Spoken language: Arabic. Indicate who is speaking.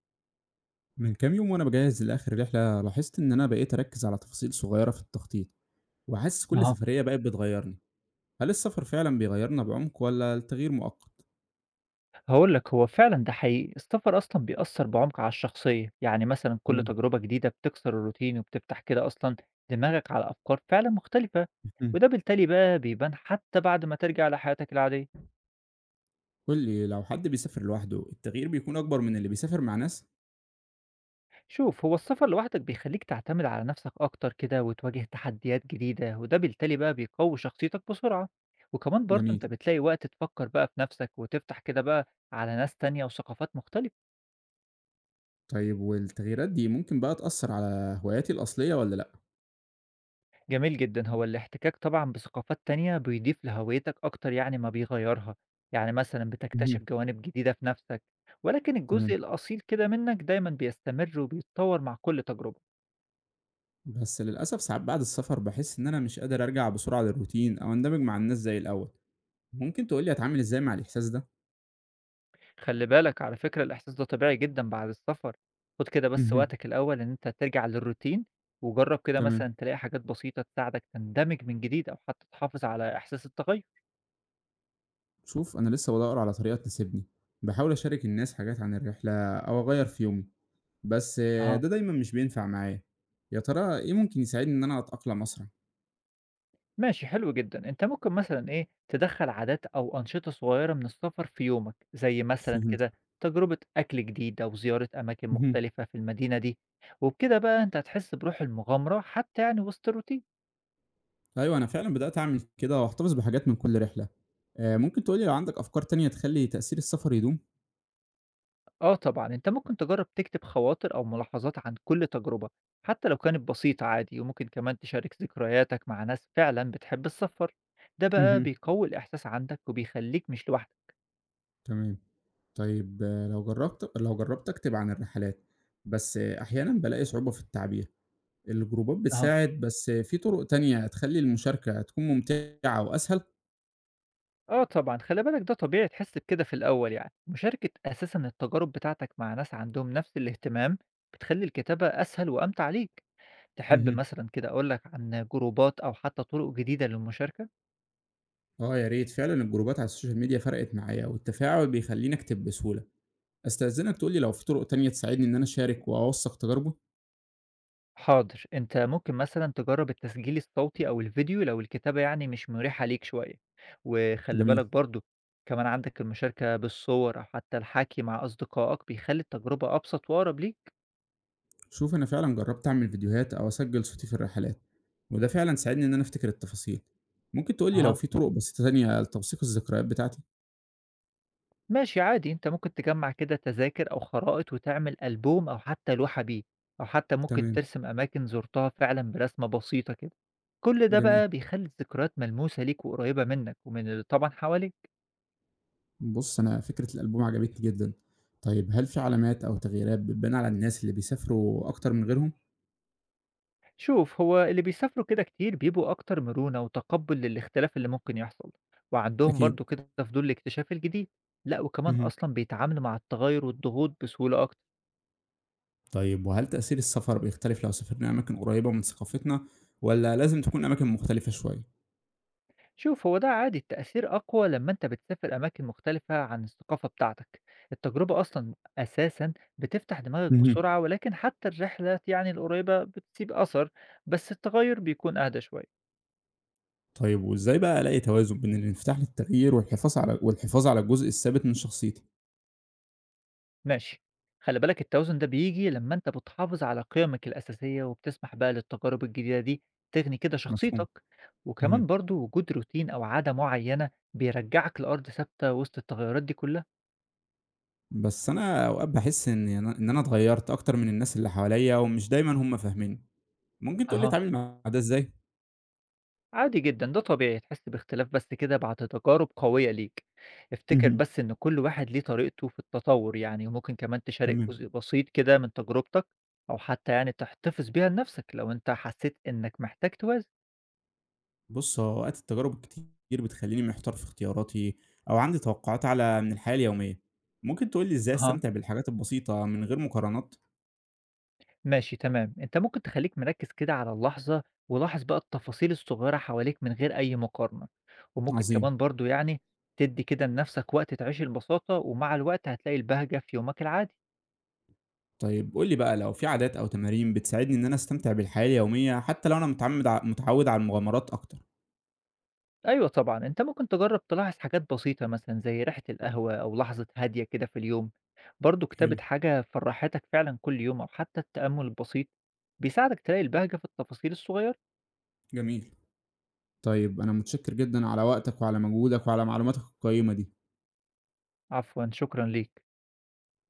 Speaker 1: من كام يوم وأنا بجهز لآخر رحلة، لاحظت إن أنا بقيت أركز على تفاصيل صغيرة في التخطيط، وحاسس كل
Speaker 2: أها،
Speaker 1: سفرية بقت بتغيرني. هل السفر فعلا بيغيرنا بعمق ولا التغيير مؤقت؟
Speaker 2: هاقول لك هو فعلًا ده حقيقي، السفر أصلًا بيأثّر بعمق على الشخصية، يعني مثلًا كل
Speaker 1: تمام.
Speaker 2: تجربة جديدة بتكسر الروتين وبتفتح كده أصلًا دماغك على أفكار فعلًا مختلفة،
Speaker 1: مم.
Speaker 2: وده بالتالي بقى بيبان حتى بعد ما ترجع لحياتك العادية.
Speaker 1: قول لي، لو حد بيسافر لوحده التغيير بيكون أكبر من اللي بيسافر مع ناس؟
Speaker 2: شوف، هو السفر لوحدك بيخلّيك تعتمد على نفسك أكتر كده وتواجه تحديات جديدة، وده بالتالي بقى بيقوي شخصيتك بسرعة، وكمان برضه
Speaker 1: جميل.
Speaker 2: أنت بتلاقي وقت تفكّر بقى في نفسك وتفتح كده بقى على ناس تانية وثقافات مختلفة.
Speaker 1: طيب والتغييرات دي ممكن بقى تأثر على هواياتي الأصلية ولا لأ؟
Speaker 2: جميل جدًا، هو الاحتكاك طبعًا بثقافات تانية بيضيف لهويتك أكتر ما بيغيّرها، يعني مثلًا بتكتشف
Speaker 1: مهم.
Speaker 2: جوانب جديدة في نَفْسك، ولكن
Speaker 1: تمام.
Speaker 2: الجزء الأصيل كده منّك دايمًا بيستمر وبيتطوّر مع كل تجربة،
Speaker 1: بس للأسف ساعات بعد السفر بحس إن أنا مش قادر أرجع بسرعة للروتين أو أندمج مع الناس زي الأول. ممكن تقولي أتعامل إزاي مع الإحساس ده؟
Speaker 2: خلّي بالك على فكرة الإحساس ده طبيعي جدًا بعد السفر، خُد كده بس
Speaker 1: مهم.
Speaker 2: وقتك الأول إن أنت ترجع للروتين، وجرّب كده
Speaker 1: تمام.
Speaker 2: مثلًا تلاقي حاجات بسيطة تساعدك تندمج من جديد أو حتى تحافظ على إحساس التغيّر.
Speaker 1: شوف، أنا لسه بدور على طريقة تناسبني، بحاول أشارك الناس حاجات عن الرحلة أو أغير في يومي، بس
Speaker 2: أها.
Speaker 1: ده دايما مش بينفع معايا. يا ترى إيه ممكن يساعدني إن أنا أتأقلم أسرع؟
Speaker 2: ماشي حلو جدًا. أنت ممكن مثلًا تدخّل عادات أو أنشطة صغيّرة من السفر في يومك، زي مثلًا
Speaker 1: فهمت.
Speaker 2: كده تجربة أكل جديد أو زيارة أماكن
Speaker 1: مهم.
Speaker 2: مختلفة في المدينة دي، وبكده بقى أنت هتحس بروح المغامرة حتى وسط الروتين.
Speaker 1: أيوة، أنا فعلا بدأت أعمل كده وأحتفظ بحاجات من كل رحلة. ممكن تقولي لو عندك أفكار تانية تخلي تأثير السفر يدوم.
Speaker 2: آه طبعًا، أنت ممكن تجرّب تكتب خواطر أو ملاحظات عن كل تجربة، حتى لو كانت بسيطة عادي، وممكن كمان تشارك ذكرياتك مع ناس فعلًا بتحب السفر، ده بقى
Speaker 1: مهم.
Speaker 2: بيقوي الإحساس عندك وبيخلّيك مش لوحدك.
Speaker 1: تمام. طيب، لو جربت أكتب عن الرحلات، بس أحيانا بلاقي صعوبة في التعبير. الجروبات
Speaker 2: أها.
Speaker 1: بتساعد، بس في طرق تانية تخلي المشاركة تكون ممتعة وأسهل؟
Speaker 2: آه طبعًا، خلّي بالك ده طبيعي تحس بكده في الأول مشاركة أساسًا التجارب بتاعتك مع ناس عندهم نفس الاهتمام، بتخلّي الكتابة أسهل وأمتع ليك. تحب
Speaker 1: اهم.
Speaker 2: مثلًا كده أقول لك عن جروبات أو حتى طرق جديدة للمشاركة؟
Speaker 1: آه يا ريت، فعلًا الجروبات على السوشيال ميديا فرقت معايا، والتفاعل بيخلّيني أكتب بسهولة. أستأذنك تقول لي لو في طرق تانية تساعدني إن أنا أشارك وأوثّق تجاربي؟
Speaker 2: حاضر، أنت ممكن مثلًا تجرّب التسجيل الصوتي أو الفيديو لو الكتابة مش مُريحة ليك شوية، وخلّي بالك
Speaker 1: جميل.
Speaker 2: برضه كمان عندك المشاركة بالصور أو حتى الحكي مع أصدقائك بيخلّي التجربة أبسط وأقرب ليك.
Speaker 1: شوف، أنا فعلًا جرّبت أعمل فيديوهات أو أسجّل صوتي في الرحلات، وده فعلًا ساعدني إن أنا أفتكر التفاصيل. ممكن تقول لي لو
Speaker 2: أها
Speaker 1: في طرق بسيطة تانية لتوثيق الذكريات بتاعتي؟
Speaker 2: ماشي عادي، أنت ممكن تجمّع كده تذاكر أو خرائط وتعمل ألبوم أو حتى لوحة بيه، أو حتى ممكن
Speaker 1: تمام.
Speaker 2: ترسم أماكن زُرتها فعلًا برسمة بسيطة كده. كل ده
Speaker 1: جميل.
Speaker 2: بقى بيخلّي الذكريات ملموسة ليك وقريبة منك ومن اللي طبعًا حواليك.
Speaker 1: بُص، أنا فكرة الألبوم عجبتني جدًا. طيب هل في علامات أو تغييرات بتبان على الناس اللي بيسافروا أكتر من غيرهم؟
Speaker 2: شوف، هو اللي بيسافروا كده كتير بيبقوا أكتر مرونة وتقبُّل للاختلاف اللي ممكن يحصل، وعندهم
Speaker 1: أكيد.
Speaker 2: برضه كده فضول لاكتشاف الجديد. لأ، وكمان
Speaker 1: اهم.
Speaker 2: أصلًا بيتعاملوا مع التغيُّر والضغوط بسهولة أكتر.
Speaker 1: طيب وهل تأثير السفر بيختلف لو سافرنا أماكن قريبة من ثقافتنا، ولا لازم تكون أماكن مختلفة شوية؟
Speaker 2: شوف هو ده عادي التأثير أقوى لما أنت بتسافر أماكن مختلفة عن الثقافة بتاعتك. التجربة أصلا أساسا بتفتح دماغك
Speaker 1: مهم.
Speaker 2: بسرعة، ولكن حتى الرحلات القريبة بتسيب أثر، بس التغير بيكون أهدى شوية.
Speaker 1: طيب وإزاي بقى ألاقي توازن بين الانفتاح للتغيير والحفاظ على الجزء الثابت من شخصيتي؟
Speaker 2: ماشي، خلي بالك التوازن ده بيجي لما أنت بتحافظ على قيمك الأساسية وبتسمح بقى للتجارب الجديدة دي تغني كده
Speaker 1: مفهوم.
Speaker 2: شخصيتك، وكمان
Speaker 1: مهم.
Speaker 2: برضو وجود روتين أو عادة معينة بيرجعك لأرض ثابتة وسط التغيرات دي كلها.
Speaker 1: بس أنا أوقات بحس إن أنا اتغيرت أكتر من الناس اللي حواليا، ومش دايما هم فاهميني. ممكن تقولي
Speaker 2: أها،
Speaker 1: أتعامل مع ده إزاي؟
Speaker 2: عادي جدًا، ده طبيعي تحس باختلاف بس كده بعد تجارب قوية ليك. افتكر
Speaker 1: مهم.
Speaker 2: بس إن كل واحد ليه طريقته في التطور وممكن كمان تشارك
Speaker 1: تمام.
Speaker 2: جزء بسيط كده من تجربتك، أو حتى تحتفظ بيها لنفسك لو أنت حسيت إنك محتاج توازن.
Speaker 1: بُص، هو أوقات التجارب الكتير بتخلّيني محتار في اختياراتي، أو عندي توقعات أعلى من الحياة اليومية. ممكن تقول لي إزاي
Speaker 2: أها.
Speaker 1: أستمتع بالحاجات البسيطة من غير مقارنات؟
Speaker 2: ماشي تمام، أنت ممكن تخليك مركز كده على اللحظة، ولاحظ بقى التفاصيل الصغيرة حواليك من غير أي مقارنة، وممكن
Speaker 1: عظيم.
Speaker 2: كمان برضه تدي كده لنفسك وقت تعيش البساطة، ومع الوقت هتلاقي البهجة في يومك العادي.
Speaker 1: طيب قُل لي بقى، لو في عادات أو تمارين بتساعدني إن أنا أستمتع بالحياة اليومية حتى لو أنا متعمد ع متعوّد على المغامرات أكتر؟
Speaker 2: أيوه طبعًا، أنت ممكن تجرّب تلاحظ حاجات بسيطة مثلًا زي ريحة القهوة أو لحظة هادية كده في اليوم، برضه كتابة
Speaker 1: حلو.
Speaker 2: حاجة فرّحتك فعلًا كل يوم أو حتى التأمل البسيط بيساعدك تلاقي البهجة في التفاصيل الصغيرة،
Speaker 1: جميل. طيب أنا متشكر جدًا على وقتك وعلى مجهودك وعلى معلوماتك القيّمة دي.
Speaker 2: عفوًا شكرًا ليك.